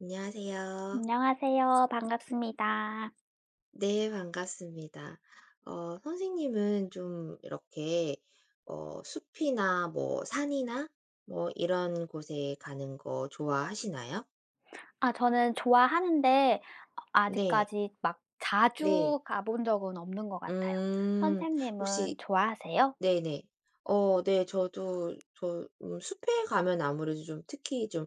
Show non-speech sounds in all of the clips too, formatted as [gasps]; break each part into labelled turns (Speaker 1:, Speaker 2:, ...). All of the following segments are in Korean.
Speaker 1: 안녕하세요.
Speaker 2: 안녕하세요. 반갑습니다.
Speaker 1: 네, 반갑습니다. 선생님은 좀 이렇게 숲이나 뭐 산이나 뭐 이런 곳에 가는 거 좋아하시나요?
Speaker 2: 아, 저는 좋아하는데
Speaker 1: 네,
Speaker 2: 아직까지 막
Speaker 1: 네.
Speaker 2: 자주 가본 적은 없는 것 같아요.
Speaker 1: 음,
Speaker 2: 선생님은
Speaker 1: 혹시
Speaker 2: 좋아하세요?
Speaker 1: 네네. 네, 저도 숲에 가면 아무래도 좀 특히 좀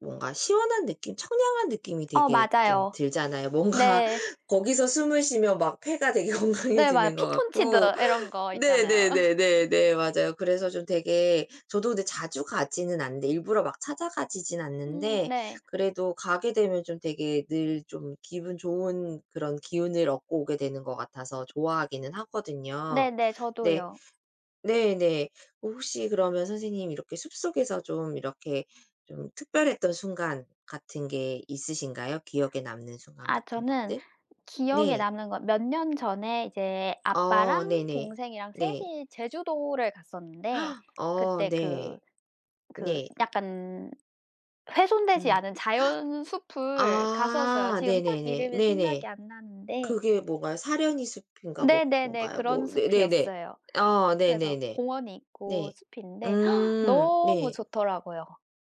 Speaker 1: 뭔가 시원한 느낌, 청량한 느낌이
Speaker 2: 어,
Speaker 1: 되게 좀
Speaker 2: 맞아요.
Speaker 1: 들잖아요. 뭔가
Speaker 2: 네.
Speaker 1: [laughs] 거기서 숨을 쉬면 막 폐가 되게 [laughs]
Speaker 2: 네, 맞아요.
Speaker 1: 건강해지는 것
Speaker 2: 피톤치드
Speaker 1: 같고,
Speaker 2: 이런 거 있잖아요. [laughs]
Speaker 1: 네네네네네. 맞아요. 그래서 좀 되게 저도 근데 자주 가지는 않는데 일부러 막 찾아 가지진
Speaker 2: 음,
Speaker 1: 않는데
Speaker 2: 네.
Speaker 1: 그래도 가게 되면 좀 되게 늘 좀 기분 좋은 그런 기운을 얻고 오게 되는 것 같아서 좋아하기는 하거든요.
Speaker 2: 네네.
Speaker 1: 네.
Speaker 2: 저도요.
Speaker 1: 네네. 혹시 그러면 선생님 이렇게 숲속에서 좀 이렇게 좀 특별했던 순간 같은 게 있으신가요? 기억에 남는 순간
Speaker 2: 아,
Speaker 1: 같은
Speaker 2: 저는
Speaker 1: 것들?
Speaker 2: 기억에
Speaker 1: 네.
Speaker 2: 남는 건 몇 년 전에 이제
Speaker 1: 어
Speaker 2: 아빠랑
Speaker 1: 네네.
Speaker 2: 동생이랑 셋
Speaker 1: 네.
Speaker 2: 이 제주도를 갔었는데,
Speaker 1: 어
Speaker 2: 그때 그
Speaker 1: 네.
Speaker 2: 그
Speaker 1: 네.
Speaker 2: 약간 훼손되지
Speaker 1: 음.
Speaker 2: 않은 자연 숲을 갔었어요.
Speaker 1: 아
Speaker 2: 지금 딱
Speaker 1: 네네네.
Speaker 2: 이름이 생각이
Speaker 1: 네네.
Speaker 2: 안 나는데.
Speaker 1: 그게 뭔가요? 사려니 숲인가 뭐
Speaker 2: 네네네,
Speaker 1: 그건가요?
Speaker 2: 그런
Speaker 1: 뭐 네 네네.
Speaker 2: 숲이었어요.
Speaker 1: 어
Speaker 2: 그래서
Speaker 1: 네네네.
Speaker 2: 공원이 있고
Speaker 1: 네.
Speaker 2: 숲인데, [gasps]
Speaker 1: 음.
Speaker 2: 너무
Speaker 1: 네.
Speaker 2: 좋더라고요.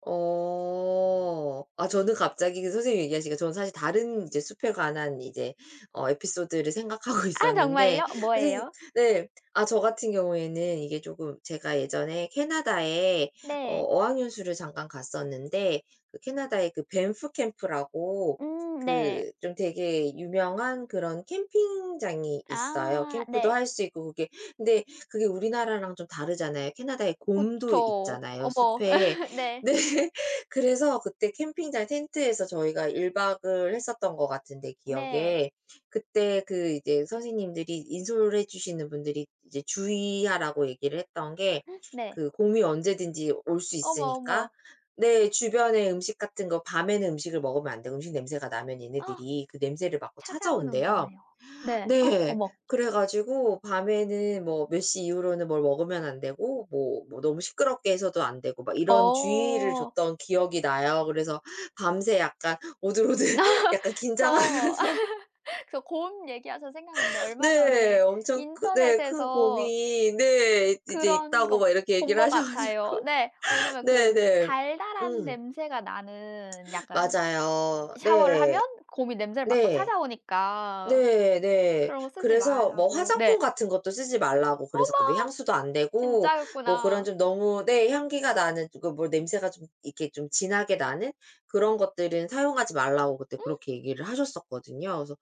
Speaker 1: 어. 아 저는 갑자기 그 선생님 얘기하시니까 저는 사실 다른 이제 숲에 관한 이제 에피소드를 생각하고 [laughs]
Speaker 2: 아,
Speaker 1: 있었는데
Speaker 2: 정말요?
Speaker 1: 선생님
Speaker 2: 뭐예요?
Speaker 1: 네. 아 저 같은 경우에는 이게 조금 제가 예전에 캐나다에
Speaker 2: 네.
Speaker 1: 어학연수를 잠깐 갔었는데 그 캐나다의 그 밴프 캠프라고
Speaker 2: 음, 네.
Speaker 1: 그 좀 되게 유명한 그런 캠핑장이 있어요.
Speaker 2: 아,
Speaker 1: 캠프도
Speaker 2: 네.
Speaker 1: 할 수 있고 그게 근데 그게 우리나라랑 좀 다르잖아요. 캐나다에 곰도
Speaker 2: 그쵸.
Speaker 1: 있잖아요,
Speaker 2: 어머.
Speaker 1: 숲에.
Speaker 2: [laughs] 네.
Speaker 1: 네. [laughs] 그래서 그때 캠핑장 텐트에서 저희가 1 박을 했었던 것 같은데
Speaker 2: 네.
Speaker 1: 기억에. 그때 그 이제 선생님들이 인솔해 주시는 분들이 이제 주의하라고 얘기를 했던 게
Speaker 2: 네.
Speaker 1: 그 곰이 언제든지 올 수
Speaker 2: 어머,
Speaker 1: 있으니까
Speaker 2: 어머.
Speaker 1: 네 주변에 음식 같은 거 밤에는 음식을 먹으면 안 되고 음식 냄새가 나면 얘네들이 그 냄새를 맡고 찾아온대요.
Speaker 2: 찾아오는거네요. 네. 어,
Speaker 1: 네.
Speaker 2: 어머.
Speaker 1: 그래 가지고 밤에는 뭐 몇 시 이후로는 뭘 먹으면 안 되고 뭐 너무 시끄럽게 해서도 안 되고 막 이런 주의를
Speaker 2: 어.
Speaker 1: 줬던 기억이 나요. 그래서 밤새 약간 오들오들 [laughs]
Speaker 2: [laughs]
Speaker 1: 약간 긴장한
Speaker 2: 저 그래서 고음 얘기하셔서 생각났는데,
Speaker 1: [laughs]
Speaker 2: 얼마
Speaker 1: 네.
Speaker 2: 전에
Speaker 1: 엄청 크 네 큰
Speaker 2: 인터넷에서
Speaker 1: 고민 네 이제
Speaker 2: 그런
Speaker 1: 있다고
Speaker 2: 거
Speaker 1: 막 이렇게
Speaker 2: 본
Speaker 1: 얘기를
Speaker 2: 것
Speaker 1: 하셔 가지고
Speaker 2: 같아요. 네.
Speaker 1: [laughs]
Speaker 2: 왜냐면 그
Speaker 1: 네네.
Speaker 2: 달달한
Speaker 1: 음.
Speaker 2: 냄새가 나는 약간
Speaker 1: 맞아요.
Speaker 2: 샤워를 하면
Speaker 1: 네.
Speaker 2: 곰이 냄새를 맡고
Speaker 1: 네.
Speaker 2: 찾아오니까
Speaker 1: 네 네.
Speaker 2: 그런 거 쓰지
Speaker 1: 그래서 뭐
Speaker 2: 말라고.
Speaker 1: 화장품
Speaker 2: 네.
Speaker 1: 같은 것도 쓰지 말라고 그래서 뭐
Speaker 2: 어머,
Speaker 1: 향수도 안 되고 뭐 그런
Speaker 2: 진짜였구나.
Speaker 1: 좀 너무 네 향기가 나는 그 뭐 냄새가 좀 이렇게 좀 진하게 나는 그런 것들은 사용하지 말라고 그때
Speaker 2: 음,
Speaker 1: 그렇게 얘기를 하셨었거든요. 그래서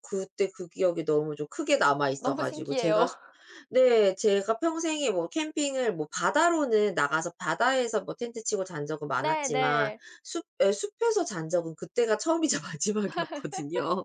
Speaker 1: 그때 그 기억이 너무 좀 크게 남아 있어
Speaker 2: 너무
Speaker 1: 가지고
Speaker 2: 신기해요.
Speaker 1: 제가
Speaker 2: [laughs]
Speaker 1: 네 제가 평생에 뭐 캠핑을 뭐 바다로는 나가서 바다에서 뭐 텐트 치고 잔 적은 많았지만
Speaker 2: 네네.
Speaker 1: 숲 예 숲에서 잔 적은 그때가 처음이자 [laughs] 마지막이었거든요.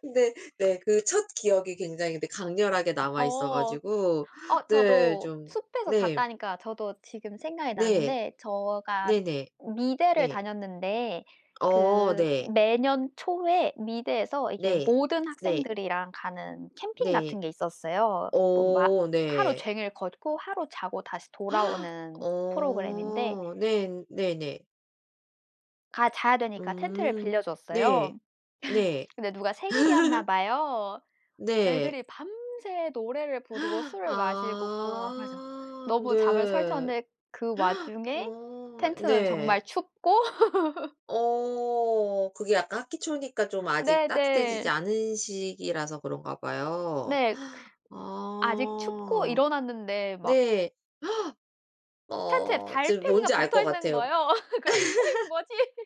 Speaker 1: 근데 네 그 첫 기억이 굉장히 근데 강렬하게 남아 있어
Speaker 2: 어.
Speaker 1: 가지고
Speaker 2: 어,
Speaker 1: 네
Speaker 2: 저도
Speaker 1: 좀
Speaker 2: 숲에서
Speaker 1: 네.
Speaker 2: 잤다니까 저도 지금 생각이
Speaker 1: 네.
Speaker 2: 나는데, 제가
Speaker 1: 네 네. 네.
Speaker 2: 미대를
Speaker 1: 네.
Speaker 2: 다녔는데
Speaker 1: 어
Speaker 2: 그
Speaker 1: 네.
Speaker 2: 매년 초에 미대에서 이게
Speaker 1: 네.
Speaker 2: 모든
Speaker 1: 네.
Speaker 2: 학생들이랑 가는 캠핑
Speaker 1: 네.
Speaker 2: 같은 게 있었어요.
Speaker 1: 어
Speaker 2: 하루
Speaker 1: 네.
Speaker 2: 종일 걷고 하루 자고 다시
Speaker 1: [gasps]
Speaker 2: 돌아오는 프로그램인데,
Speaker 1: 어 네. 네 네.
Speaker 2: 가 자야 되니까 텐트를
Speaker 1: 음.
Speaker 2: 빌려
Speaker 1: 네.
Speaker 2: 줬어요.
Speaker 1: 네.
Speaker 2: 근데 누가 생일이었나
Speaker 1: [laughs]
Speaker 2: 봐요.
Speaker 1: 네.
Speaker 2: 애들이 밤새 노래를 부르고
Speaker 1: [gasps]
Speaker 2: 술을 마시고 하죠.
Speaker 1: 아
Speaker 2: 너무 잠을
Speaker 1: 네.
Speaker 2: 설쳤는데, 그 와중에
Speaker 1: 어
Speaker 2: 텐트는
Speaker 1: 네.
Speaker 2: 정말 춥고. [laughs]
Speaker 1: 어 그게 약간 학기 초니까 좀 아직
Speaker 2: 네네. 네.
Speaker 1: 따뜻해지지 않은 시기라서 그런가 봐요.
Speaker 2: 네, 아직 춥고
Speaker 1: 아.
Speaker 2: 일어났는데 막
Speaker 1: 네.
Speaker 2: 텐트에
Speaker 1: 어 지금
Speaker 2: 달팽이가
Speaker 1: 뭔지 알
Speaker 2: 붙어
Speaker 1: 것
Speaker 2: 있는
Speaker 1: 같아요.
Speaker 2: 거예요. [laughs] 그래 가지고 '어이 뭐지?'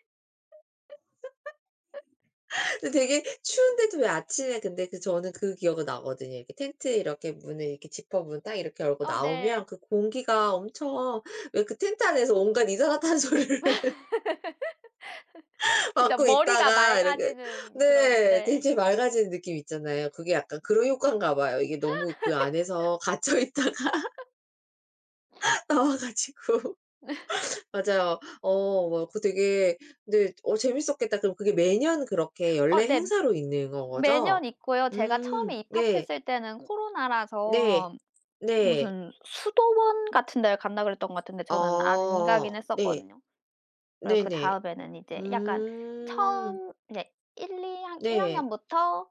Speaker 1: [laughs] 근데 되게 추운데도 왜 아침에 근데 그 저는 그 기억은 나거든요. 이렇게 텐트 이렇게 문을 이렇게 지퍼문 딱 이렇게 열고
Speaker 2: 어, 네.
Speaker 1: 나오면 그 공기가 엄청 왜 그 텐트 안에서 온갖 이산화탄소를
Speaker 2: 진짜
Speaker 1: 받고
Speaker 2: 머리가
Speaker 1: 있다가 이렇게
Speaker 2: 맑아지는 그런.
Speaker 1: 네 굉
Speaker 2: 네.
Speaker 1: 장 맑아지는 느낌 있잖아요. 그게 약간 그런 효과인가 봐요. 이게 너무 그 안에서 갇혀 있다가 [laughs] 나와 가지고 [laughs] 맞아요. 어 뭐 그거 되게 근데 어 재밌었겠다. 그럼 그게 매년 그렇게
Speaker 2: 어,
Speaker 1: 연례
Speaker 2: 네.
Speaker 1: 행사로 있는 건 거죠?
Speaker 2: 매년 있고요. 제가 처음에
Speaker 1: 네.
Speaker 2: 입학했을 때는
Speaker 1: 네.
Speaker 2: 코로나라서
Speaker 1: 네.
Speaker 2: 무슨 수도원 같은 데를 간다 그랬던 것 같은데, 저는 안
Speaker 1: 어.
Speaker 2: 가긴
Speaker 1: 네.
Speaker 2: 했었거든요. 그리고
Speaker 1: 네네.
Speaker 2: 그다음에는 이제 약간
Speaker 1: 음.
Speaker 2: 처음 이제 1이학 일
Speaker 1: 네. 네.
Speaker 2: 학년부터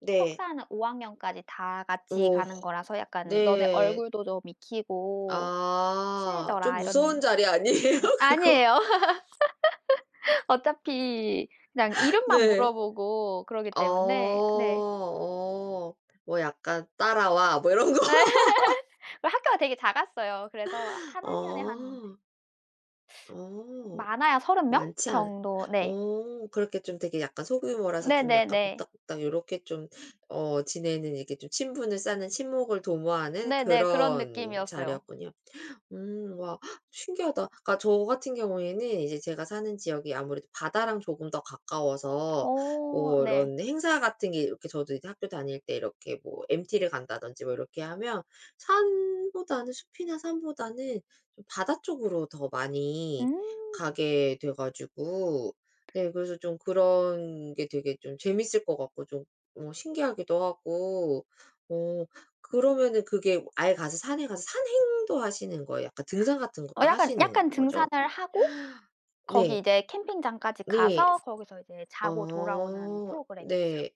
Speaker 1: 네.
Speaker 2: 석사하는 5 학년까지 다 같이
Speaker 1: 오.
Speaker 2: 가는 거라서, 약간 "너네
Speaker 1: 네.
Speaker 2: 얼굴도 좀 익히고
Speaker 1: 아. 좀
Speaker 2: 친해져라." 이런.
Speaker 1: 무서운 자리 아니에요 [laughs] 그거?
Speaker 2: 아니에요. [laughs] 어차피 그냥 이름만
Speaker 1: 네.
Speaker 2: 물어보고 그러기
Speaker 1: 어.
Speaker 2: 때문에. 네.
Speaker 1: 어. 뭐 약간 "따라와." 뭐 이런 거?
Speaker 2: 네.
Speaker 1: [laughs]
Speaker 2: [laughs] 학교가 되게 작았어요. 그래서 한 학년에 한
Speaker 1: 어. 어.
Speaker 2: 많아야 30명
Speaker 1: 많지 않
Speaker 2: 정도. 네.
Speaker 1: 어 그렇게 좀 되게 약간 소규모라서 좀 약간
Speaker 2: 네네네.
Speaker 1: 복닥복닥 요렇게 좀 어 지내는 이렇게 좀 친분을 쌓는 친목을 도모하는
Speaker 2: 네네. 그런
Speaker 1: 그런
Speaker 2: 느낌이었어요.
Speaker 1: 자리였군요. 와 신기하다. 그러니까 저 같은 경우에는 이제 제가 사는 지역이 아무래도 바다랑 조금 더 가까워서
Speaker 2: 어,
Speaker 1: 뭐
Speaker 2: 네.
Speaker 1: 이런 행사 같은 게 이렇게 저도 이제 학교 다닐 때 이렇게 뭐 MT를 간다든지 뭐 이렇게 하면 산보다는 숲이나 산보다는 좀 바다 쪽으로 더 많이
Speaker 2: 음.
Speaker 1: 가게 돼 가지고 네 그래서 좀 그런 게 되게 좀 재밌을 것 같고 좀 어 신기하기도 하고 어 그러면은 그게 아예 가서 산에 가서 산행도 하시는 거예요? 약간 등산 같은
Speaker 2: 어,
Speaker 1: 것도
Speaker 2: 약간
Speaker 1: 하시는
Speaker 2: 약간
Speaker 1: 거죠?
Speaker 2: 등산을 하고 거기
Speaker 1: 네.
Speaker 2: 이제 캠핑장까지
Speaker 1: 네.
Speaker 2: 가서 거기서 이제 자고 돌아오는
Speaker 1: 어.
Speaker 2: 프로그램이었어요.
Speaker 1: 네.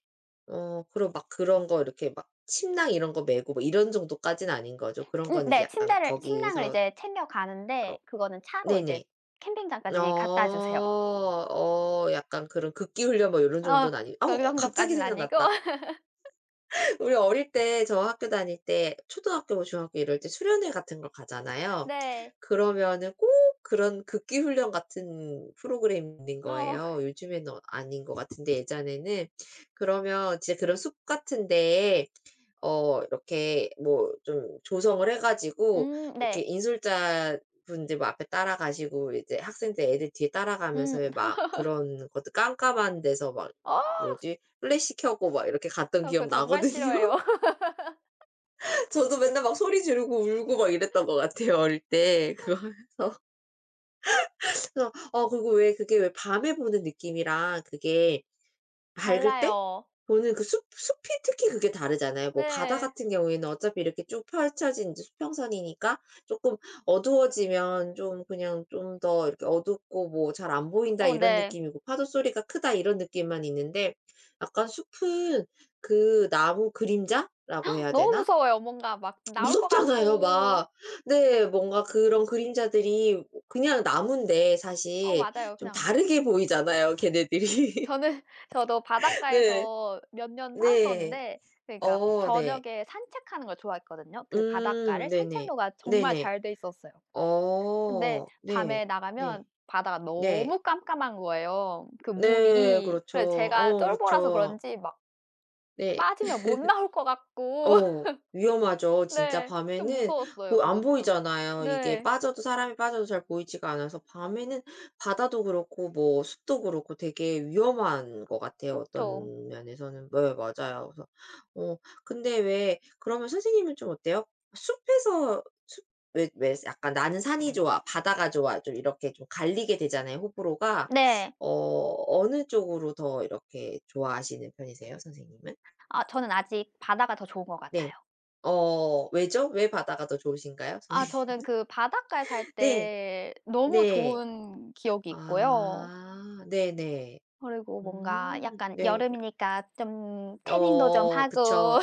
Speaker 1: 어 그럼 막 그런 거 이렇게 막 침낭 이런 거 메고 뭐 이런 정도까지는 아닌 거죠? 그런
Speaker 2: 음,
Speaker 1: 건 이제
Speaker 2: 네.
Speaker 1: 약간
Speaker 2: 침대를 침낭을
Speaker 1: 거기서
Speaker 2: 이제 챙겨
Speaker 1: 어
Speaker 2: 가는데, 그거는 차로 이제
Speaker 1: 네네. 어.
Speaker 2: 캠핑장까지 갖다 주세요.
Speaker 1: 어 약간 그런 극기 훈련 뭐 요런
Speaker 2: 어,
Speaker 1: 정도는 아니 어
Speaker 2: 그
Speaker 1: 어, 갑자기
Speaker 2: 정도까진 아니고.
Speaker 1: 생각났다.
Speaker 2: [laughs]
Speaker 1: 우리 어릴 때 저 학교 다닐 때 초등학교, 중학교 이럴 때 수련회 같은 걸 가잖아요.
Speaker 2: 네.
Speaker 1: 그러면은 꼭 그런 극기 훈련 같은 프로그램인 거예요.
Speaker 2: 어
Speaker 1: 요즘에는 어 아닌 것 같은데 예전에는. 그러면 진짜 그런 숲 같은 데에 어 이렇게 뭐 좀 조성을 해 가지고
Speaker 2: 음,
Speaker 1: 이렇게
Speaker 2: 네.
Speaker 1: 인솔자 분들 뭐 앞에 따라가시고 이제 학생들 애들 뒤에
Speaker 2: 음.
Speaker 1: 따라가면서 막 그런 것도 깜깜한 데서 막
Speaker 2: 어
Speaker 1: 뭐지 플래시 켜고 막 이렇게 갔던
Speaker 2: 저, 그거
Speaker 1: 기억
Speaker 2: 정말
Speaker 1: 나거든요.
Speaker 2: 싫어해요. [laughs]
Speaker 1: 저도 맨날 막 소리 지르고 울고 막 이랬던 것 같아요 어릴 때. 그거 하면서. 그래서 어 그리고 왜 그게 왜 밤에 보는 느낌이랑 그게 밝을 때
Speaker 2: 달라요.
Speaker 1: 보는 그 숲 숲이 특히 그게 다르잖아요. 뭐 바다
Speaker 2: 네.
Speaker 1: 같은 경우에는 어차피 이렇게 쭉 펼쳐진 이제 수평선이니까 쪼끔 어두워지면 좀 그냥 좀 더 이렇게 어둡고 뭐 '잘 안 보인다.'
Speaker 2: 어,
Speaker 1: 이런
Speaker 2: 네.
Speaker 1: 느낌이고 '파도 소리가 크다.' 이런 느낌만 있는데 약간 숲은 그 나무 그림자라고 해야
Speaker 2: 너무
Speaker 1: 되나?
Speaker 2: 무서워요. 뭔가 막 나올 것
Speaker 1: 무섭잖아요
Speaker 2: 같고.
Speaker 1: 막. 네 뭔가 그런 그림자들이 그냥 나무인데
Speaker 2: 어,
Speaker 1: 사실
Speaker 2: 맞아요.
Speaker 1: 좀
Speaker 2: 그냥
Speaker 1: 다르게 보이잖아요 걔네들이.
Speaker 2: 저는. [laughs] 저도
Speaker 1: [laughs] 네.
Speaker 2: 바닷가에서 몇 년
Speaker 1: 네.
Speaker 2: 살았었는데, 그러니까
Speaker 1: 어 네.
Speaker 2: 저녁에 산책하는 걸 좋아했거든요. 그 바닷가를
Speaker 1: 네네.
Speaker 2: 산책로가 정말
Speaker 1: 네네.
Speaker 2: 잘 돼 있었어요. 근데
Speaker 1: 어 네.
Speaker 2: 밤에
Speaker 1: 네.
Speaker 2: 나가면 바다가
Speaker 1: 네.
Speaker 2: 너무 깜깜한 거예요, 그
Speaker 1: 네.
Speaker 2: 물이.
Speaker 1: 그렇죠.
Speaker 2: 그래서 제가
Speaker 1: 어그
Speaker 2: 쫄보라서
Speaker 1: 죠
Speaker 2: 그런지 막
Speaker 1: 네.
Speaker 2: 빠지면 못 나올 것 같고.
Speaker 1: 어.
Speaker 2: [laughs]
Speaker 1: 위험하죠. 진짜
Speaker 2: 네, 좀
Speaker 1: 밤에는
Speaker 2: 무서웠어요,
Speaker 1: 보 안
Speaker 2: 그것도.
Speaker 1: 보이잖아요. 이게
Speaker 2: 네.
Speaker 1: 빠져도 사람이 빠져도 잘 보이지가 않아서 밤에는 바다도 그렇고 뭐 숲도 그렇고 되게 위험한 것 같아요
Speaker 2: 그쵸.
Speaker 1: 어떤 면에서는. 네 맞아요. 그래서 어 근데 왜 그러면 선생님은 좀 어때요? 숲에서 숲 왜 왜 약간 '나는 산이 좋아. 바다가 좋아.' 좀 이렇게 좀 갈리게 되잖아요 호불호가.
Speaker 2: 네.
Speaker 1: 어 어느 쪽으로 더 이렇게 좋아하시는 편이세요 선생님은?
Speaker 2: 아, 저는 아직 바다가 더 좋은 것 같아요.
Speaker 1: 네. 어 왜죠? 왜 바다가 더 좋으신가요? [laughs]
Speaker 2: 아,
Speaker 1: 선생님?
Speaker 2: 저는 그 바닷가에 살
Speaker 1: 네.
Speaker 2: 때 너무
Speaker 1: 네.
Speaker 2: 좋은 기억이 있고요.
Speaker 1: 아 네네.
Speaker 2: 그리고 뭔가 약간
Speaker 1: 네.
Speaker 2: 여름이니까 좀 태닝도 좀
Speaker 1: 어
Speaker 2: 하고,
Speaker 1: 그쵸.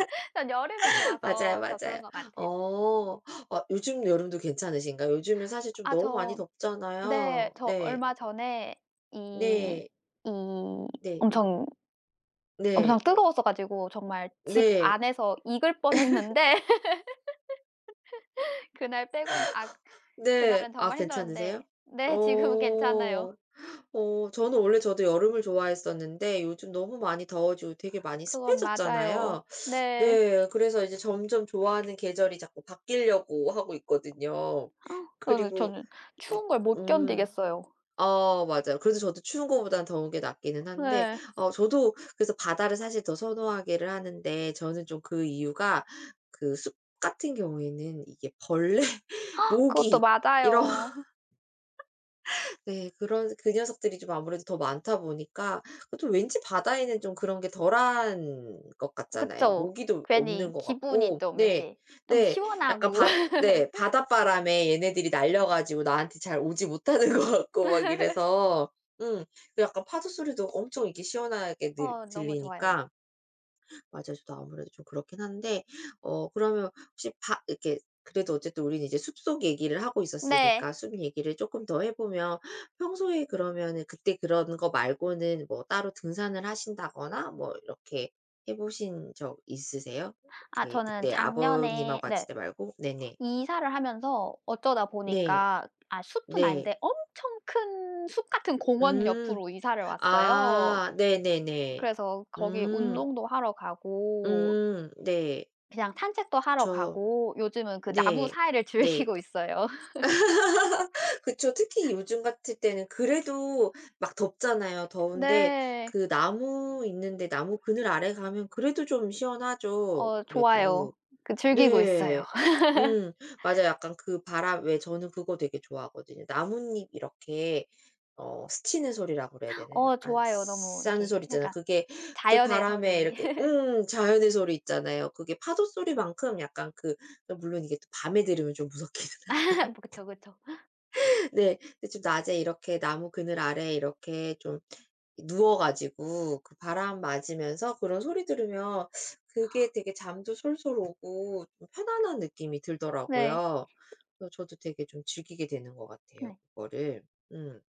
Speaker 2: [laughs] 전 여름이
Speaker 1: [laughs] 맞아요,
Speaker 2: 좋아서 더 그런
Speaker 1: 맞아요.
Speaker 2: 것 같아요.
Speaker 1: 어. 아 요즘 여름도 괜찮으신가요? 요즘은 사실 좀
Speaker 2: 아,
Speaker 1: 너무 많이
Speaker 2: 저. 네.
Speaker 1: 덥잖아요.
Speaker 2: 저
Speaker 1: 네.
Speaker 2: 얼마 전에 이
Speaker 1: 네.
Speaker 2: 이
Speaker 1: 네.
Speaker 2: 엄청, 엄청
Speaker 1: 네.
Speaker 2: 뜨거웠어 가지고 정말 집
Speaker 1: 네.
Speaker 2: 안에서 익을 뻔했는데. [laughs] 그날 빼고는.
Speaker 1: 네.
Speaker 2: 그날은
Speaker 1: 아
Speaker 2: 정말
Speaker 1: 괜찮으세요?
Speaker 2: 힘들었는데 네 지금은 괜찮아요.
Speaker 1: 어. 어 저는 원래 저도 여름을 좋아했었는데 요즘 너무 많이 더워지고 되게 많이
Speaker 2: 그건 맞아요.
Speaker 1: 습해졌잖아요.
Speaker 2: 네.
Speaker 1: 네. 그래서 이제 점점 좋아하는 계절이 자꾸 바뀌려고 하고 있거든요.
Speaker 2: 아, 저는
Speaker 1: 그리고
Speaker 2: 저는 추운 걸
Speaker 1: 음
Speaker 2: 못
Speaker 1: 음.
Speaker 2: 견디겠어요.
Speaker 1: 어 맞아요. 그래도 저도 추운 거보다 더운 게 낫기는 한데
Speaker 2: 네.
Speaker 1: 어 저도 그래서 바다를 사실 더 선호하기를 하는데 저는 좀 그 이유가 그 숲 같은 경우에는 이게 벌레, [laughs]
Speaker 2: 그것도
Speaker 1: 모기 이런
Speaker 2: 맞아요.
Speaker 1: 네. 그런 그 녀석들이 좀 아무래도 더 많다 보니까 그 또 왠지 바다에는 좀 그런 게 덜한 것 같잖아요.
Speaker 2: 그쵸.
Speaker 1: 모기도 없는
Speaker 2: 괜히
Speaker 1: 것
Speaker 2: 기분이
Speaker 1: 같고.
Speaker 2: 좀
Speaker 1: 네.
Speaker 2: 이렇게 좀
Speaker 1: 네. 약간
Speaker 2: 시원하고.
Speaker 1: 바 네. 바닷바람에 얘네들이 날려 가지고 나한테 잘 오지 못하는 [laughs] 것 같고 막
Speaker 2: [laughs]
Speaker 1: 이래서 음 그 약간 파도 소리도 엄청 이렇게 시원하게
Speaker 2: 어, 너무 좋아요.
Speaker 1: 들리니까 맞아요. 저도 아무래도 좀 그렇긴 한데 어 그러면 혹시 바 이렇게 그래도 어쨌든 우리는 이제 숲속 얘기를 하고
Speaker 2: 네.
Speaker 1: 있었으니까 숲 얘기를 조금 더 해 보면 평소에 그러면은 그때 그런 거 말고는 뭐 따로 등산을 하신다거나 뭐 이렇게 해 보신 적 있으세요?
Speaker 2: 아,
Speaker 1: 이렇게
Speaker 2: 저는
Speaker 1: 그때 아버님하고
Speaker 2: 작년에 네
Speaker 1: 갔을 때 말고? 네네.
Speaker 2: 이사를 하면서 어쩌다
Speaker 1: 네.
Speaker 2: 보니까, 아 숲은
Speaker 1: 네.
Speaker 2: 아닌데 엄청 큰 숲 같은 공원
Speaker 1: 음.
Speaker 2: 옆으로 이사를 왔어요.
Speaker 1: 아 네네네.
Speaker 2: 그래서 거기
Speaker 1: 음.
Speaker 2: 운동도 하러 가고
Speaker 1: 음. 네.
Speaker 2: 그냥 산책도 하러
Speaker 1: 그쵸.
Speaker 2: 가고, 요즘은 그 나무
Speaker 1: 네.
Speaker 2: 사이를
Speaker 1: 네.
Speaker 2: 즐기고 있어요.
Speaker 1: 그쵸. 특히 요즘 같을 때는 그래도 막 덥잖아요. 더운데
Speaker 2: 네.
Speaker 1: 그 나무 있는데 나무 그늘 아래 가면 그래도 좀 시원하죠,
Speaker 2: 어, 좋아요.
Speaker 1: 그래도.
Speaker 2: 그 즐기고 있어요.
Speaker 1: 네. 음 맞아요. 약간 그 바람 왜 저는 그거 되게 좋아하거든요. 나뭇잎 이렇게 어 스치는 소리라고 그래야
Speaker 2: [laughs]
Speaker 1: 되나요?
Speaker 2: 어,
Speaker 1: 약간
Speaker 2: 좋아요. 너무
Speaker 1: 스 하는
Speaker 2: 이렇게
Speaker 1: 소리 있잖아요.
Speaker 2: 약간
Speaker 1: 그게
Speaker 2: 자연의 소리.
Speaker 1: 바람에 이렇게 자연의 소리 있잖아요. 그게 파도 소리만큼 약간 그 물론 이게 또 밤에 들으면 좀 무섭기는
Speaker 2: [laughs]
Speaker 1: 한데
Speaker 2: 뭐 그쵸, 그쵸.
Speaker 1: 네. 근데 좀 낮에 이렇게 나무 그늘 아래에 이렇게 좀 누워 가지고 그 바람 맞으면서 그런 소리 들으면 그게 되게 잠도 솔솔 오고 좀 편안한 느낌이
Speaker 2: 네.
Speaker 1: 들더라고요. 그래서 저도 되게 좀 즐기게 되는 것 같아요
Speaker 2: 네.
Speaker 1: 그거를. 음.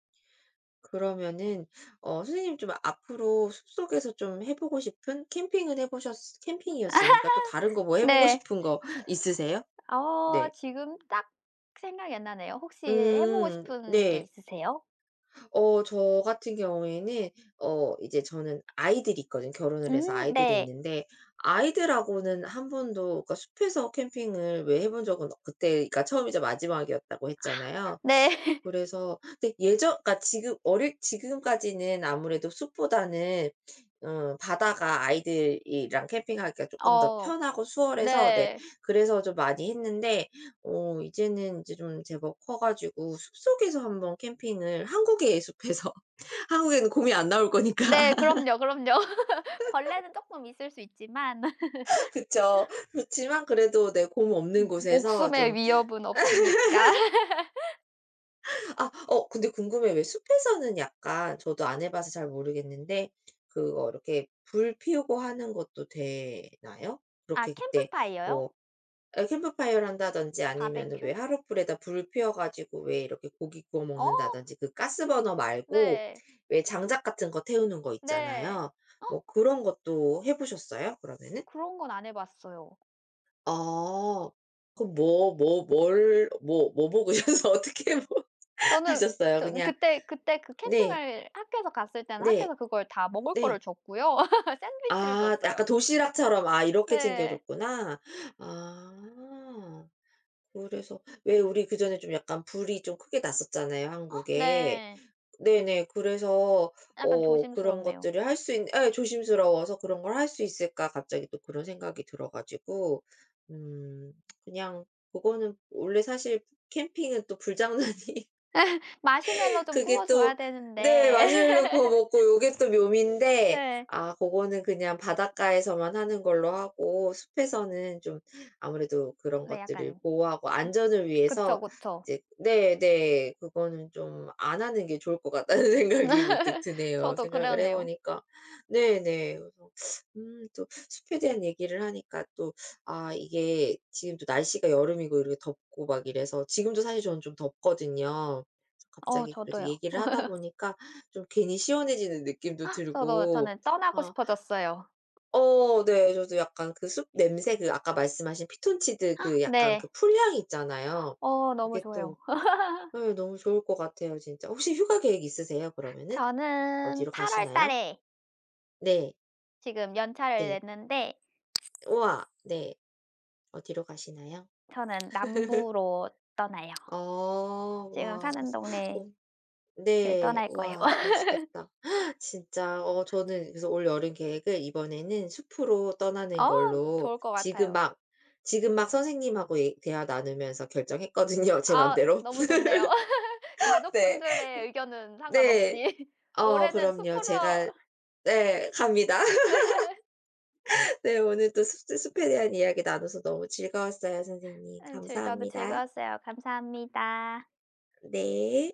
Speaker 1: 그러면은 어 선생님 좀 앞으로 숲속에서 좀 해 보고 싶은 캠핑은 해 보셨 캠핑이었으니까 또 다른 거 뭐 해 보고
Speaker 2: 네.
Speaker 1: 싶은 거 [laughs] 있으세요?
Speaker 2: 어,
Speaker 1: 네.
Speaker 2: 지금 딱 생각이 안 나네요. 혹시 해 보고
Speaker 1: 음.
Speaker 2: 싶은 게
Speaker 1: 네.
Speaker 2: 있으세요?
Speaker 1: 어 저 같은 경우에는 어 이제 저는 아이들이 있거든요. 결혼을 해서
Speaker 2: 음,
Speaker 1: 아이들이
Speaker 2: 네.
Speaker 1: 있는데 아이들하고는 한 번도 그러니까 숲에서 캠핑을 왜 해본 적은 그때가 처음이자 마지막이었다고 했잖아요.
Speaker 2: 네. [laughs]
Speaker 1: 그래서 근데 예전 그러니까 지금 어릴 지금까지는 아무래도 숲보다는 어 바다가 아이들이랑 캠핑하기가 쪼끔 더
Speaker 2: 어,
Speaker 1: 편하고 수월해서 네
Speaker 2: 네.
Speaker 1: 그래서 좀 많이 했는데 어 이제는 이제 좀 제법 커 가지고 숲속에서 한번 캠핑을 한국의 숲에서 [laughs] 한국에는 곰이 안 나올 거니까.
Speaker 2: 네.
Speaker 1: [laughs]
Speaker 2: 그럼요, 그럼요. [laughs] 벌레는 쪼끔 있을 수 있지만. [laughs]
Speaker 1: 그쵸. 그렇지만 그래도 네 곰 없는
Speaker 2: 음,
Speaker 1: 곳에서
Speaker 2: 목숨의
Speaker 1: 좀
Speaker 2: 위협은 없으니까. [laughs]
Speaker 1: 아 어 근데 궁금해 왜 숲에서는 약간 저도 안 해 봐서 잘 모르겠는데 그거 이렇게 불 피우고 하는 것도 되나요?
Speaker 2: 아,
Speaker 1: 그렇게 그때
Speaker 2: 캠프파이어요?
Speaker 1: 뭐 아 캠프파이어를 한다든지 아니면 왜
Speaker 2: 바베큐?
Speaker 1: 하룻불에다 불 피워 가지고 왜 이렇게 고기 구워
Speaker 2: 어,
Speaker 1: 먹는다든지 그 가스버너 말고
Speaker 2: 네.
Speaker 1: 왜 장작 같은 거 태우는 거
Speaker 2: 네.
Speaker 1: 있잖아요.
Speaker 2: 헉.
Speaker 1: 뭐 그런 것도 해 보셨어요? 그러면은?
Speaker 2: 그런 건 안 해 봤어요.
Speaker 1: 아. 그럼 뭘 먹으셔서 [laughs] 어떻게 뭐
Speaker 2: 저는
Speaker 1: 하셨어요?
Speaker 2: 저는
Speaker 1: 그냥
Speaker 2: 그때 그때 그
Speaker 1: 네.
Speaker 2: 캠핑을 학교에서 갔을 때는
Speaker 1: 네.
Speaker 2: 학교에서 그걸 다 먹을 거를
Speaker 1: 네.
Speaker 2: 줬고요. [laughs] 샌드위치를
Speaker 1: 아
Speaker 2: 줬어요.
Speaker 1: 약간 도시락처럼 아 이렇게 챙겨
Speaker 2: 네.
Speaker 1: 줬구나. 아. 그래서 왜 우리 그전에 좀 약간 불이 좀 크게 났었잖아요, 한국에.
Speaker 2: 네.
Speaker 1: 네네. 그래서
Speaker 2: 약간
Speaker 1: 어 그런
Speaker 2: 조심스럽네요.
Speaker 1: 것들을 할 수 있 예 조심스러워서 '그런 걸 할 수 있을까?' 갑자기 또 그런 생각이 들어 가지고 음 그냥 그거는 원래 사실 캠핑은 또 불장난이
Speaker 2: 마시멜로 좀 구워
Speaker 1: 그게
Speaker 2: 줘야
Speaker 1: 또 네
Speaker 2: 되는데.
Speaker 1: 마시멜로 구워 먹고
Speaker 2: [laughs]
Speaker 1: 요게 또 묘미인데
Speaker 2: 네.
Speaker 1: 아 고거는 그냥 바닷가에서만 하는 걸로 하고 숲에서는 좀 아무래도 그런
Speaker 2: 네,
Speaker 1: 것들을
Speaker 2: 약간
Speaker 1: 보호하고 안전을
Speaker 2: 그쵸,
Speaker 1: 위해서
Speaker 2: 그쵸.
Speaker 1: 이제 네네 그거는 좀 안 하는 게 좋을 것 같다는 [laughs] 생각이 문득
Speaker 2: [laughs]
Speaker 1: 드네요
Speaker 2: 저도
Speaker 1: 생각을 해
Speaker 2: 그러네요.
Speaker 1: 보니까. 네네. 그래서 또 숲에 대한 얘기를 하니까 또 아 이게 지금 또 날씨가 여름이고 이렇게 덥고 막 이래서 지금도 사실 저는 좀 덥거든요.
Speaker 2: 어,
Speaker 1: 갑자기 그래도
Speaker 2: 저도요.
Speaker 1: 얘기를 하다 보니까 좀 괜히 시원해지는 느낌도
Speaker 2: 저도
Speaker 1: 들고
Speaker 2: 저는 떠나고
Speaker 1: 아
Speaker 2: 싶어졌어요.
Speaker 1: 어 네. 저도 약간 그 숲 냄새 그 아까 말씀하신 피톤치드 그 약간 그
Speaker 2: 네.
Speaker 1: 풀향 있잖아요.
Speaker 2: 어, 너무
Speaker 1: 그게
Speaker 2: 좋아요.
Speaker 1: 또 네, 너무 좋을 것 같아요 진짜. 혹시 휴가 계획 있으세요 그러면은?
Speaker 2: 저는
Speaker 1: 어디로
Speaker 2: 8월
Speaker 1: 가시나요?
Speaker 2: 달에
Speaker 1: 네.
Speaker 2: 지금 연차를
Speaker 1: 네.
Speaker 2: 냈는데,
Speaker 1: 우와. 네. 어디로 가시나요?
Speaker 2: 저는 남부로 떠나요.
Speaker 1: 어.
Speaker 2: 지금
Speaker 1: 와.
Speaker 2: 사는
Speaker 1: 그래서
Speaker 2: 동네를
Speaker 1: 어 네.
Speaker 2: 떠날 거예요.
Speaker 1: 와
Speaker 2: [laughs]
Speaker 1: 좋으시겠다. [laughs] 진짜 어 저는 그래서 올 여름 계획을 이번에는 숲으로 떠나는
Speaker 2: 어,
Speaker 1: 걸로
Speaker 2: 좋을 것
Speaker 1: 지금
Speaker 2: 같아요.
Speaker 1: 막 지금 막 선생님하고 얘 대화 나누면서 결정했거든요, 제
Speaker 2: 아,
Speaker 1: 맘대로.
Speaker 2: 너무 좋네요. [laughs]
Speaker 1: [laughs] 네.
Speaker 2: 가족분들의 의견은 상관없이.
Speaker 1: 네.
Speaker 2: [laughs]
Speaker 1: 어
Speaker 2: 올해는
Speaker 1: 그럼요.
Speaker 2: 숲으로.
Speaker 1: 제가 네 갑니다. [laughs]
Speaker 2: [laughs]
Speaker 1: 네 오늘 또 숲 숲에 대한 이야기 나눠서 너무 즐거웠어요, 선생님.
Speaker 2: 즐 저도
Speaker 1: 감사합니다.
Speaker 2: 즐거웠어요. 감사합니다.
Speaker 1: 네.